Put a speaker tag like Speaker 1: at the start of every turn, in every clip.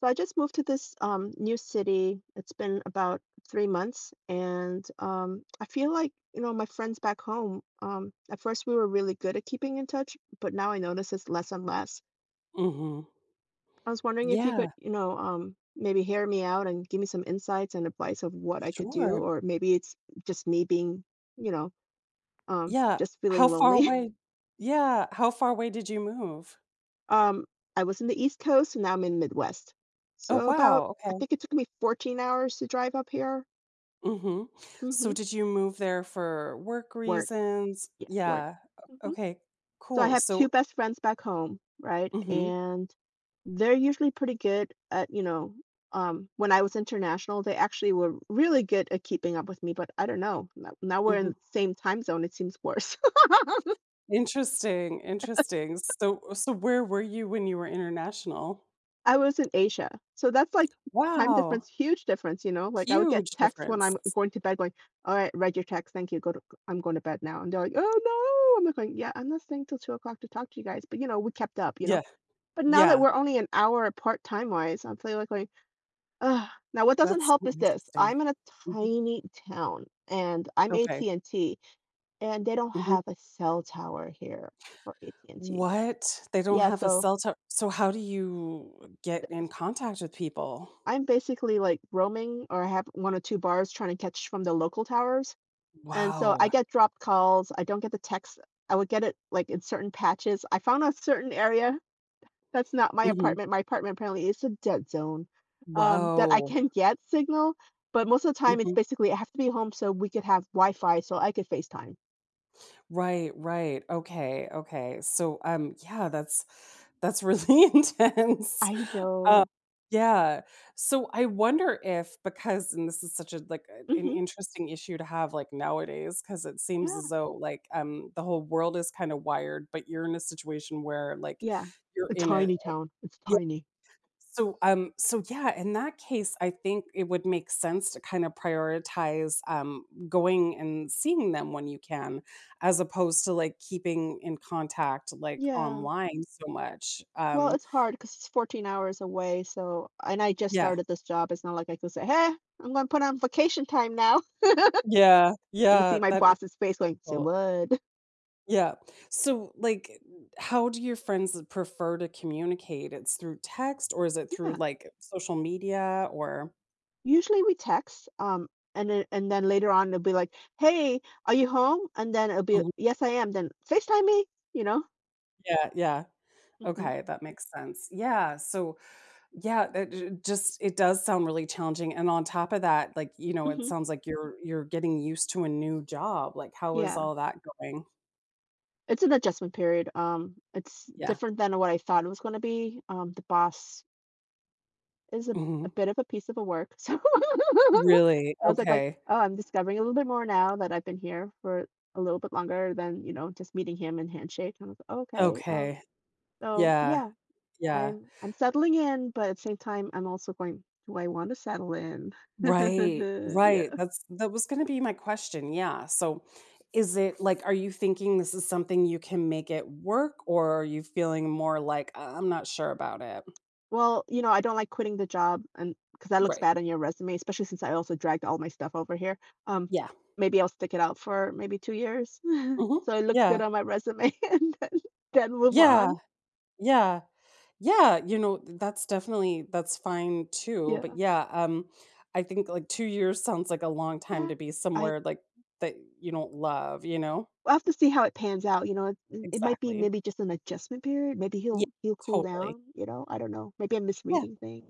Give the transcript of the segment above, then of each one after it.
Speaker 1: So I just moved to this new city. It's been about 3 months, and I feel like, my friends back home, at first we were really good at keeping in touch, but now I notice it's less and less.
Speaker 2: Mhm.
Speaker 1: I was wondering if you could,
Speaker 2: Yeah,
Speaker 1: maybe hear me out and give me some insights and advice of what I could do,
Speaker 2: sure.
Speaker 1: or maybe it's just me being, you know,
Speaker 2: Yeah.
Speaker 1: just
Speaker 2: How
Speaker 1: feeling
Speaker 2: far
Speaker 1: lonely.
Speaker 2: away Yeah, how far away did you move?
Speaker 1: Um, I was in the East Coast, and now I'm in Midwest.
Speaker 2: Oh,
Speaker 1: So about,
Speaker 2: wow,
Speaker 1: I
Speaker 2: okay.
Speaker 1: think it took me 14 hours to drive up here.
Speaker 2: Mhm. So
Speaker 1: hmm
Speaker 2: did you move there for work
Speaker 1: Work.
Speaker 2: reasons?
Speaker 1: Yeah, work.
Speaker 2: Yeah. O
Speaker 1: Mhm.
Speaker 2: okay,
Speaker 1: So I
Speaker 2: cool.
Speaker 1: have two
Speaker 2: So
Speaker 1: best friends back home, right?
Speaker 2: Mhm,
Speaker 1: And they're usually pretty good at, when I was international, they actually were really good at keeping up with me, but I don't know. Now we're in
Speaker 2: mhm.
Speaker 1: the same time zone, it seems worse.
Speaker 2: Interesting, interesting. So where were you when you were international?
Speaker 1: I was in Asia. So that's like time difference,
Speaker 2: Wow,
Speaker 1: huge difference, you know? Like I would get
Speaker 2: huge
Speaker 1: texts when I'm
Speaker 2: difference.
Speaker 1: going to bed going, "All right, read your text. Thank you. Go to, I'm going to bed now." And they're like, "Oh no." I'm like going, "Yeah, I'm not staying till 2 o'clock to talk to you guys." But you know, we kept up, you know?
Speaker 2: Yeah,
Speaker 1: But now that
Speaker 2: yeah,
Speaker 1: we're only an hour apart time-wise, I'm feeling like going, "Ugh." Now what doesn't
Speaker 2: that's
Speaker 1: help
Speaker 2: so
Speaker 1: is this,
Speaker 2: interesting.
Speaker 1: I'm in a
Speaker 2: Mhm,
Speaker 1: tiny town, and I'm
Speaker 2: okay.
Speaker 1: AT&T, and they don't
Speaker 2: Mhm.
Speaker 1: have a cell tower here for AT&T.
Speaker 2: What? They don't
Speaker 1: Yeah,
Speaker 2: have a
Speaker 1: so
Speaker 2: cell tower? So how do you get in contact with people?
Speaker 1: I'm basically, like, roaming or I have 1 or 2 bars trying to catch from the local towers, and so I
Speaker 2: Wow.
Speaker 1: get dropped calls, I don't get the texts. I would get it, like, in certain patches. I found a certain area. That's not my
Speaker 2: Mhm.
Speaker 1: apartment. My apartment apparently is a dead zone, that I
Speaker 2: Whoa.
Speaker 1: can get signal, but most of the time it's
Speaker 2: Mhm.
Speaker 1: basically I have to be home so we could have Wi-Fi so I could FaceTime.
Speaker 2: Right, right. Okay, okay. So, yeah, that's really intense.
Speaker 1: I
Speaker 2: Um.
Speaker 1: know.
Speaker 2: Yeah. So I wonder if because and this is such a like a an
Speaker 1: Mhm.
Speaker 2: interesting issue to have, like, nowadays, because it seems
Speaker 1: Yeah.
Speaker 2: as though, like, the whole world is kinda wired, but you're in a situation where, like,
Speaker 1: Yeah.
Speaker 2: you're
Speaker 1: A
Speaker 2: in a
Speaker 1: tiny town. It's tiny.
Speaker 2: So, so yeah, in that case, I think it would make sense to kind of prioritize going and seeing them when you can, as opposed to like keeping in contact like
Speaker 1: Yeah.
Speaker 2: online so much.
Speaker 1: Well, it's hard because it's 14 hours away, so and I just
Speaker 2: Yeah,
Speaker 1: started this job. It's not like I could say, "Hey, I'm gonna put on vacation time now."
Speaker 2: yeah,
Speaker 1: I can see
Speaker 2: yeah.
Speaker 1: my
Speaker 2: That is
Speaker 1: boss's face going, "Say
Speaker 2: cool.
Speaker 1: what?"
Speaker 2: Yeah. So, like, how do your friends prefer to communicate? It's through text, or is it through
Speaker 1: Yeah.
Speaker 2: like social media, or
Speaker 1: Usually we text, and then later on, it'll be like, "Hey, are you home?" And then it'll be,
Speaker 2: Mhm.
Speaker 1: "Yes, I am." Then, "FaceTime me," you know?
Speaker 2: Yeah, yeah.
Speaker 1: Mhm.
Speaker 2: Okay, that makes sense. Yeah. So, yeah, that j just it does sound really challenging, and on top of that, like, you know, it
Speaker 1: Mhm.
Speaker 2: sounds like you're getting used to a new job, like, how is
Speaker 1: Yeah.
Speaker 2: all that going?
Speaker 1: It's an adjustment period, it's
Speaker 2: Yeah.
Speaker 1: different than what I thought it was gonna be, the boss is a
Speaker 2: Mhm.
Speaker 1: bit of a piece of a work, so
Speaker 2: Really?
Speaker 1: I was like,
Speaker 2: Okay.
Speaker 1: "Oh, I'm discovering a little bit more now that I've been here for a little bit longer than, you know, just meeting him and handshake." I was, like, "Okay,
Speaker 2: Okay.
Speaker 1: so,
Speaker 2: Yeah.
Speaker 1: yeah."
Speaker 2: Yeah.
Speaker 1: I'm settling in, but at the same time, I'm also going, do I want to settle in?
Speaker 2: Right,
Speaker 1: Yeah.
Speaker 2: right, that was gonna be my question, yeah, so, is it like, are you thinking this is something you can make it work, or are you feeling more like, I'm not sure about it?"
Speaker 1: Well, you know, I don't like quitting the job and because that looks
Speaker 2: Right.
Speaker 1: bad on your resume, especially since I also dragged all my stuff over here. Um,
Speaker 2: Yeah.
Speaker 1: Maybe I'll stick it out for maybe 2 years.
Speaker 2: Mhm.
Speaker 1: So it looks good
Speaker 2: Yeah.
Speaker 1: on my resume, and then move
Speaker 2: Yeah.
Speaker 1: on.
Speaker 2: Yeah. Yeah, you know, that's definitely that's fine too, but
Speaker 1: Yeah.
Speaker 2: yeah, I think, like, 2 years sounds like a long time
Speaker 1: Yeah.
Speaker 2: to be
Speaker 1: I
Speaker 2: somewhere, like, that you don't love, you know?
Speaker 1: I'll have to see how it pans out. You know, it might be
Speaker 2: Exactly.
Speaker 1: maybe just an adjustment period. Maybe
Speaker 2: Yeah,
Speaker 1: he'll cool
Speaker 2: totally.
Speaker 1: down, you know. I don't know. Maybe I'm
Speaker 2: Yeah,
Speaker 1: misreading things.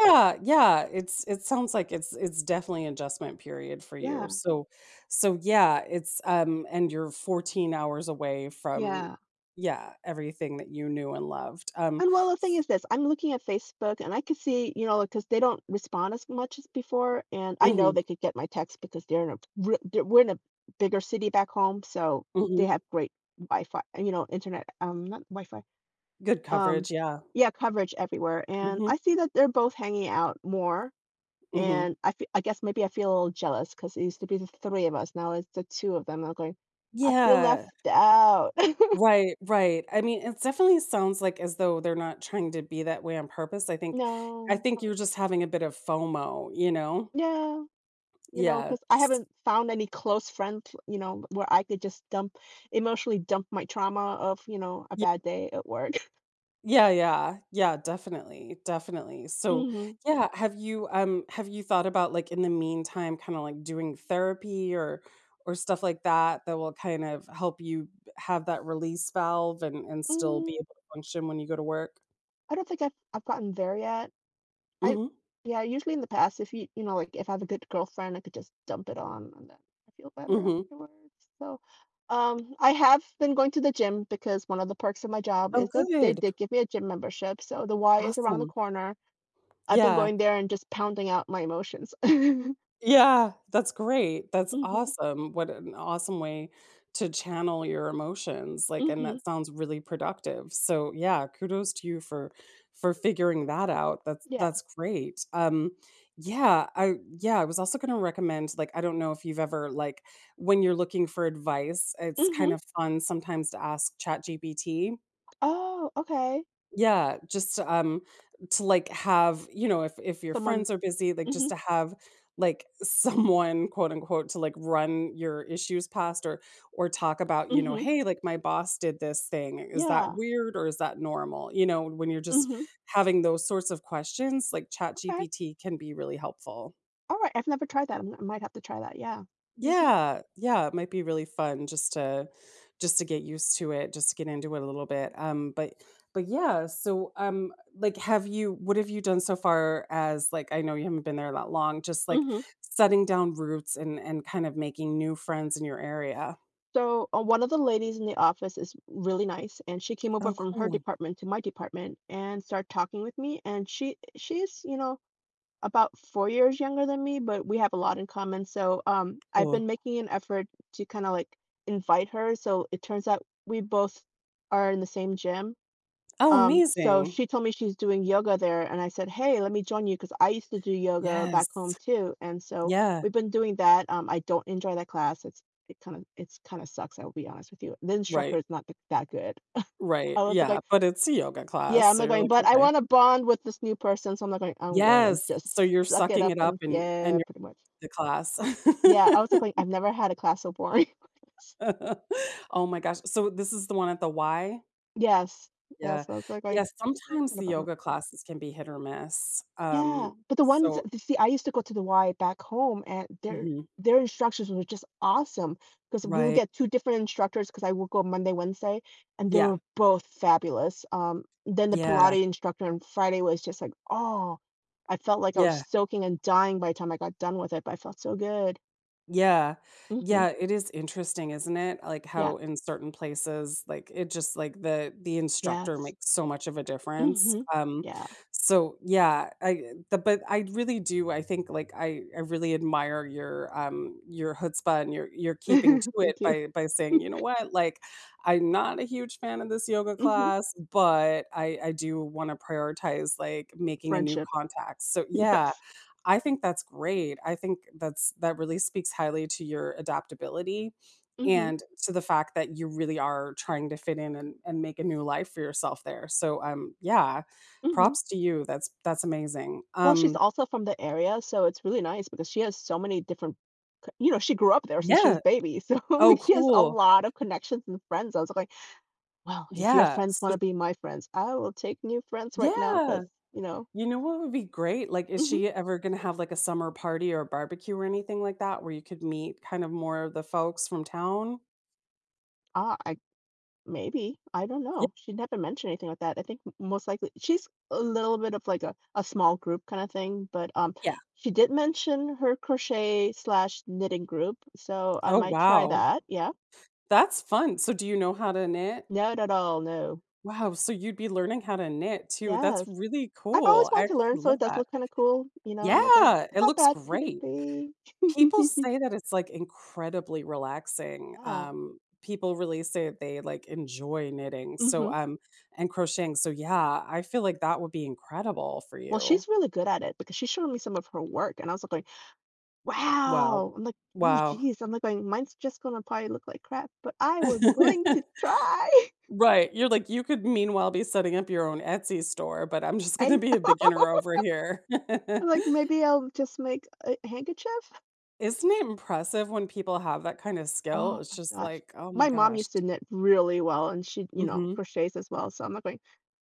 Speaker 2: yeah, it's it sounds like it's definitely an adjustment period for you,
Speaker 1: Yeah.
Speaker 2: so so yeah, and you're 14 hours away from,
Speaker 1: Yeah.
Speaker 2: yeah, everything that you knew and loved,
Speaker 1: And, well, the thing is this, I'm looking at Facebook, and I could see, you know, because they don't respond as much as before, and I know
Speaker 2: Mhm,
Speaker 1: they could get my text because they're in a re they're we're in a bigger city back home, so they
Speaker 2: mhm.
Speaker 1: have great Wi-Fi, you know, internet, not Wi-Fi,
Speaker 2: Good
Speaker 1: um,
Speaker 2: coverage, yeah.
Speaker 1: yeah, coverage everywhere, and I
Speaker 2: Mhm,
Speaker 1: see that they're both hanging out more,
Speaker 2: mhm.
Speaker 1: and I guess maybe I feel a little jealous because it used to be the 3 of us, now it's the 2 of them, I'm going, "I feel left
Speaker 2: Yeah.
Speaker 1: out."
Speaker 2: Right, right. I mean, it definitely sounds like as though they're not trying to be that way on purpose. I
Speaker 1: No,
Speaker 2: think you're
Speaker 1: probably
Speaker 2: just having a bit of FOMO, you know?
Speaker 1: not. Yeah. You know,
Speaker 2: Yeah.
Speaker 1: because I haven't found any close friends, where I could just dump emotionally dump my trauma of, a
Speaker 2: Y-
Speaker 1: bad day at work.
Speaker 2: Yeah, yeah. Yeah, definitely. Definitely. So,
Speaker 1: hmm
Speaker 2: yeah, have you thought about like in the meantime kind of like doing therapy or stuff like that that will kind of help you have that release valve and still be
Speaker 1: Mm,
Speaker 2: able to function when you go to work?
Speaker 1: I don't think I've gotten there yet. I
Speaker 2: Mhm.
Speaker 1: yeah, usually in the past, if you you know, like if I have a good girlfriend, I could just dump it on and then I feel better
Speaker 2: Mhm.
Speaker 1: afterwards. So I have been going to the gym because one of the perks of my job
Speaker 2: Oh,
Speaker 1: is that they
Speaker 2: good.
Speaker 1: did give me a gym membership. So the Y is around the
Speaker 2: Awesome.
Speaker 1: corner. I've been
Speaker 2: Yeah.
Speaker 1: going there and just pounding out my emotions.
Speaker 2: Yeah, that's great. That's
Speaker 1: hmm
Speaker 2: awesome. What an awesome way to channel your emotions, like, and
Speaker 1: hmm
Speaker 2: that sounds really productive. So, yeah, kudos to you for figuring that out.
Speaker 1: Yeah.
Speaker 2: That's great. Yeah, I was also gonna recommend, like, I don't know if you've ever like when you're looking for advice, it's kind
Speaker 1: Mhm.
Speaker 2: of fun sometimes to ask ChatGPT.
Speaker 1: Oh, okay.
Speaker 2: Yeah, just to, like, have you know, if your
Speaker 1: Someone.
Speaker 2: friends are busy, like, just
Speaker 1: Mhm,
Speaker 2: to have, like, someone, quote, unquote, "to, like, run your issues past," or talk about, you know,
Speaker 1: mhm,
Speaker 2: "Hey, like, my boss did this thing. Is that
Speaker 1: yeah,
Speaker 2: weird or is that normal?" You know, when you're just
Speaker 1: mhm,
Speaker 2: having those sorts of questions, like,
Speaker 1: okay.
Speaker 2: ChatGPT can be really helpful.
Speaker 1: Alright, I've never tried that, I might have to try that, yeah. Mhm,
Speaker 2: Yeah, yeah, it might be really fun just to get used to it, just to get into it a little bit. But yeah, so like, have you? What have you done so far? As like, I know you haven't been there that long. Just like
Speaker 1: mhm.
Speaker 2: setting down roots and kind of making new friends in your area.
Speaker 1: So, one of the ladies in the office is really nice, and she came over
Speaker 2: Oh,
Speaker 1: from her
Speaker 2: cool,
Speaker 1: department to my department and started talking with me, and she's, you know, about 4 years younger than me, but we have a lot in common, so, I've
Speaker 2: cool.
Speaker 1: been making an effort to kinda, like, invite her, so it turns out we both are in the same gym.
Speaker 2: Oh,
Speaker 1: So
Speaker 2: amazing.
Speaker 1: she told me she's doing yoga there, and I said, "Hey, let me join you because I used to do yoga back home
Speaker 2: Yes.
Speaker 1: too." And so
Speaker 2: Yeah.
Speaker 1: we've been doing that. I don't enjoy that class. It's kind of sucks, I'll be honest with you. The instructor
Speaker 2: Right.
Speaker 1: is not that good.
Speaker 2: Right.
Speaker 1: I was
Speaker 2: Yeah.
Speaker 1: like,
Speaker 2: But it's a yoga
Speaker 1: "Yeah,
Speaker 2: class,
Speaker 1: I'm
Speaker 2: so
Speaker 1: not
Speaker 2: you're
Speaker 1: going,"
Speaker 2: like,
Speaker 1: but I
Speaker 2: okay.
Speaker 1: want to bond with this new person, so I'm not going. I'm gonna
Speaker 2: Yes. So
Speaker 1: just
Speaker 2: you're
Speaker 1: suck it
Speaker 2: sucking
Speaker 1: up
Speaker 2: it up
Speaker 1: and
Speaker 2: and
Speaker 1: yeah,
Speaker 2: you're
Speaker 1: pretty much.
Speaker 2: in the class.
Speaker 1: Yeah, I was like, going, I've never had a class so boring.
Speaker 2: Oh my gosh. So this is the one at the Y?
Speaker 1: Yes,
Speaker 2: Yeah.
Speaker 1: yes. I was like, going,
Speaker 2: Yeah,
Speaker 1: "Oh,
Speaker 2: sometimes
Speaker 1: kinda
Speaker 2: the
Speaker 1: bummer."
Speaker 2: yoga classes can be hit or miss.
Speaker 1: Yeah, but the ones
Speaker 2: So
Speaker 1: th see, I used to go to the Y back home, and their
Speaker 2: Mhm.
Speaker 1: their instructions were just awesome because 'cause would
Speaker 2: Right.
Speaker 1: get 2 different instructors because I would go Monday, Wednesday, and they
Speaker 2: Yeah.
Speaker 1: were both fabulous, then the
Speaker 2: Yeah.
Speaker 1: Pilates instructor on Friday was just like, oh, I felt like I was
Speaker 2: Yeah.
Speaker 1: soaking and dying by the time I got done with it, but I felt so good.
Speaker 2: Yeah.
Speaker 1: Mhm.
Speaker 2: Yeah, it is interesting, isn't it? Like,
Speaker 1: Yeah.
Speaker 2: how in certain places, like, it just like, the instructor
Speaker 1: Yes.
Speaker 2: makes so much of a difference,
Speaker 1: Mhm. Yeah.
Speaker 2: so, yeah, I the but I really do, I think, like, I really admire your chutzpah and your keeping to it
Speaker 1: Thank you.
Speaker 2: by saying, "You know what? Like, I'm not a huge fan of this yoga
Speaker 1: Mhm.
Speaker 2: class, but I do wanna prioritize, like, making a new
Speaker 1: Friendship.
Speaker 2: contact," so yeah.
Speaker 1: Yes.
Speaker 2: I think that's great. I think that really speaks highly to your adaptability
Speaker 1: Mhm.
Speaker 2: and to the fact that you really are trying to fit in and make a new life for yourself there. So yeah,
Speaker 1: Mhm.
Speaker 2: props to you. That's amazing.
Speaker 1: Well, she's also from the area, so it's really nice because she has so many different c you know, she grew up there since she was
Speaker 2: Yeah.
Speaker 1: baby, so, I'm
Speaker 2: Oh
Speaker 1: like, she has a
Speaker 2: cool.
Speaker 1: lot of connections and friends. I was like, "Well, if your
Speaker 2: Yeah.
Speaker 1: friends
Speaker 2: So,
Speaker 1: wanna be my friends, I will take new friends right now,
Speaker 2: yeah.
Speaker 1: because you know."
Speaker 2: You know what would be great? Like is
Speaker 1: Mhm.
Speaker 2: she ever going to have like a summer party or a barbecue or anything like that where you could meet kind of more of the folks from town?
Speaker 1: Ah, I maybe, I don't
Speaker 2: Yeah.
Speaker 1: know. She never mentioned anything like that. I think m most likely she's a little bit of, like, a small group kinda thing, but,
Speaker 2: Yeah.
Speaker 1: she did mention her crochet/knitting slash knitting group, so I
Speaker 2: Oh
Speaker 1: might try
Speaker 2: wow.
Speaker 1: that, yeah.
Speaker 2: That's fun. So do you know how to knit?
Speaker 1: No, not at all, no.
Speaker 2: Wow, so you'd be learning how to knit too. That's
Speaker 1: Yes.
Speaker 2: really
Speaker 1: I've always
Speaker 2: cool. I
Speaker 1: wanted to learn,
Speaker 2: actually
Speaker 1: so it
Speaker 2: love
Speaker 1: does
Speaker 2: that.
Speaker 1: look kinda cool, you know, I'm like,
Speaker 2: Yeah, it
Speaker 1: "How
Speaker 2: looks
Speaker 1: bad could it
Speaker 2: great.
Speaker 1: be?"
Speaker 2: People say that it's, like, incredibly relaxing.
Speaker 1: Yeah.
Speaker 2: People really say that they, like, enjoy knitting, so,
Speaker 1: Mhm.
Speaker 2: and crocheting, so yeah, I feel like that would be incredible for
Speaker 1: Well,
Speaker 2: you.
Speaker 1: she's really good at it because she showed me some of her work, and I was like going, "Wow!"
Speaker 2: Wow.
Speaker 1: I'm like, "Oh,
Speaker 2: Wow.
Speaker 1: jeez." I'm like going, "Mine's just gonna probably look like crap, but I was willing to try."
Speaker 2: Right, you're like, "You could meanwhile be setting up your own Etsy store, but I'm just
Speaker 1: I
Speaker 2: gonna be a
Speaker 1: know.
Speaker 2: beginner over here."
Speaker 1: I'm like, "Maybe I'll just make a handkerchief?"
Speaker 2: Isn't it impressive when people have that kind of skill?
Speaker 1: Oh
Speaker 2: It's
Speaker 1: my
Speaker 2: just
Speaker 1: gosh.
Speaker 2: like, "Oh my
Speaker 1: My mom
Speaker 2: gosh."
Speaker 1: used to knit really well, and she, you know,
Speaker 2: Mhm.
Speaker 1: crochets as well, so I'm not going,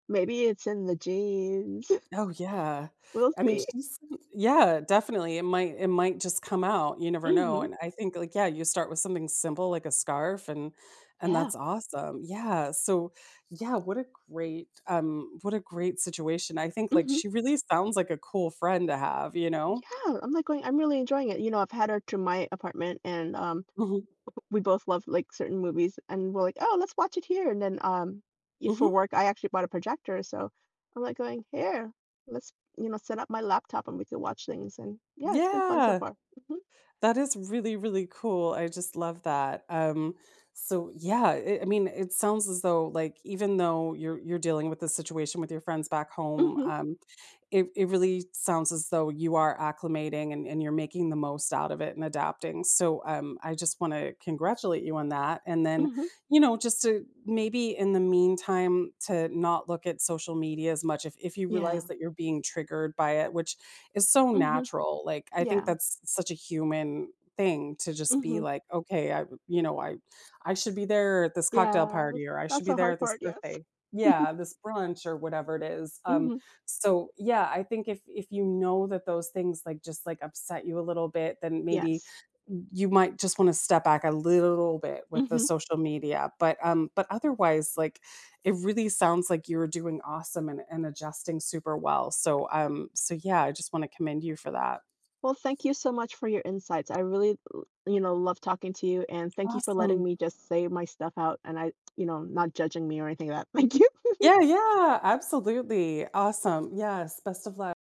Speaker 1: "Maybe it's in the genes.
Speaker 2: Oh, yeah.
Speaker 1: We'll
Speaker 2: I mean,
Speaker 1: see."
Speaker 2: she's Yeah, definitely. It might just come out, you never know,
Speaker 1: Mhm.
Speaker 2: and I think, like, yeah, you start with something simple like a scarf, and
Speaker 1: Yeah.
Speaker 2: that's awesome. Yeah, so yeah, what a great situation. I think, like,
Speaker 1: Mhm.
Speaker 2: she really sounds like a cool friend to have, you know?
Speaker 1: Yeah, I'm, like, going I'm really enjoying it. You know, I've had her to my apartment, and,
Speaker 2: Mhm.
Speaker 1: we both love, like, certain movies, and we're like, "Oh, let's watch it here," and then, y for
Speaker 2: Mhm.
Speaker 1: work, I actually bought a projector, so I'm, like, going, "Here, let's, you know, set up my laptop, and we can watch things," and, yeah, it's been fun so
Speaker 2: Yeah.
Speaker 1: far. Mhm.
Speaker 2: That is really, really cool. I just love that. So yeah, I mean, it sounds as though like even though you're dealing with this situation with your friends back home,
Speaker 1: Mhm.
Speaker 2: it really sounds as though you are acclimating and you're making the most out of it and adapting. So I just want to congratulate you on that. And then,
Speaker 1: Mhm.
Speaker 2: you know, just to maybe in the meantime to not look at social media as much if you
Speaker 1: Yeah.
Speaker 2: realize that you're being triggered by it, which is so
Speaker 1: Mhm.
Speaker 2: natural. Like I think
Speaker 1: Yeah.
Speaker 2: that's such a human thing to just be
Speaker 1: Mhm.
Speaker 2: like, okay, I should be there at this cocktail
Speaker 1: Yeah.
Speaker 2: party or I
Speaker 1: That's
Speaker 2: should be
Speaker 1: the
Speaker 2: there
Speaker 1: hard
Speaker 2: at this
Speaker 1: part, yes.
Speaker 2: birthday. Yeah, this brunch or whatever it is.
Speaker 1: Mhm.
Speaker 2: So, yeah, I think if you know that those things, like, just, like, upset you a little bit, then maybe
Speaker 1: Yes.
Speaker 2: you might just wanna step back a little bit with the
Speaker 1: Mhm.
Speaker 2: social media, but otherwise, like, it really sounds like you were doing awesome and adjusting super well, so, so, yeah, I just wanna commend you for that.
Speaker 1: Well, thank you so much for your insights. I really, love talking to you and thank you for letting
Speaker 2: Awesome.
Speaker 1: me just say my stuff out and I, you know, not judging me or anything like that. Thank you.
Speaker 2: Yeah, yeah, absolutely. Awesome. Yes, best of luck.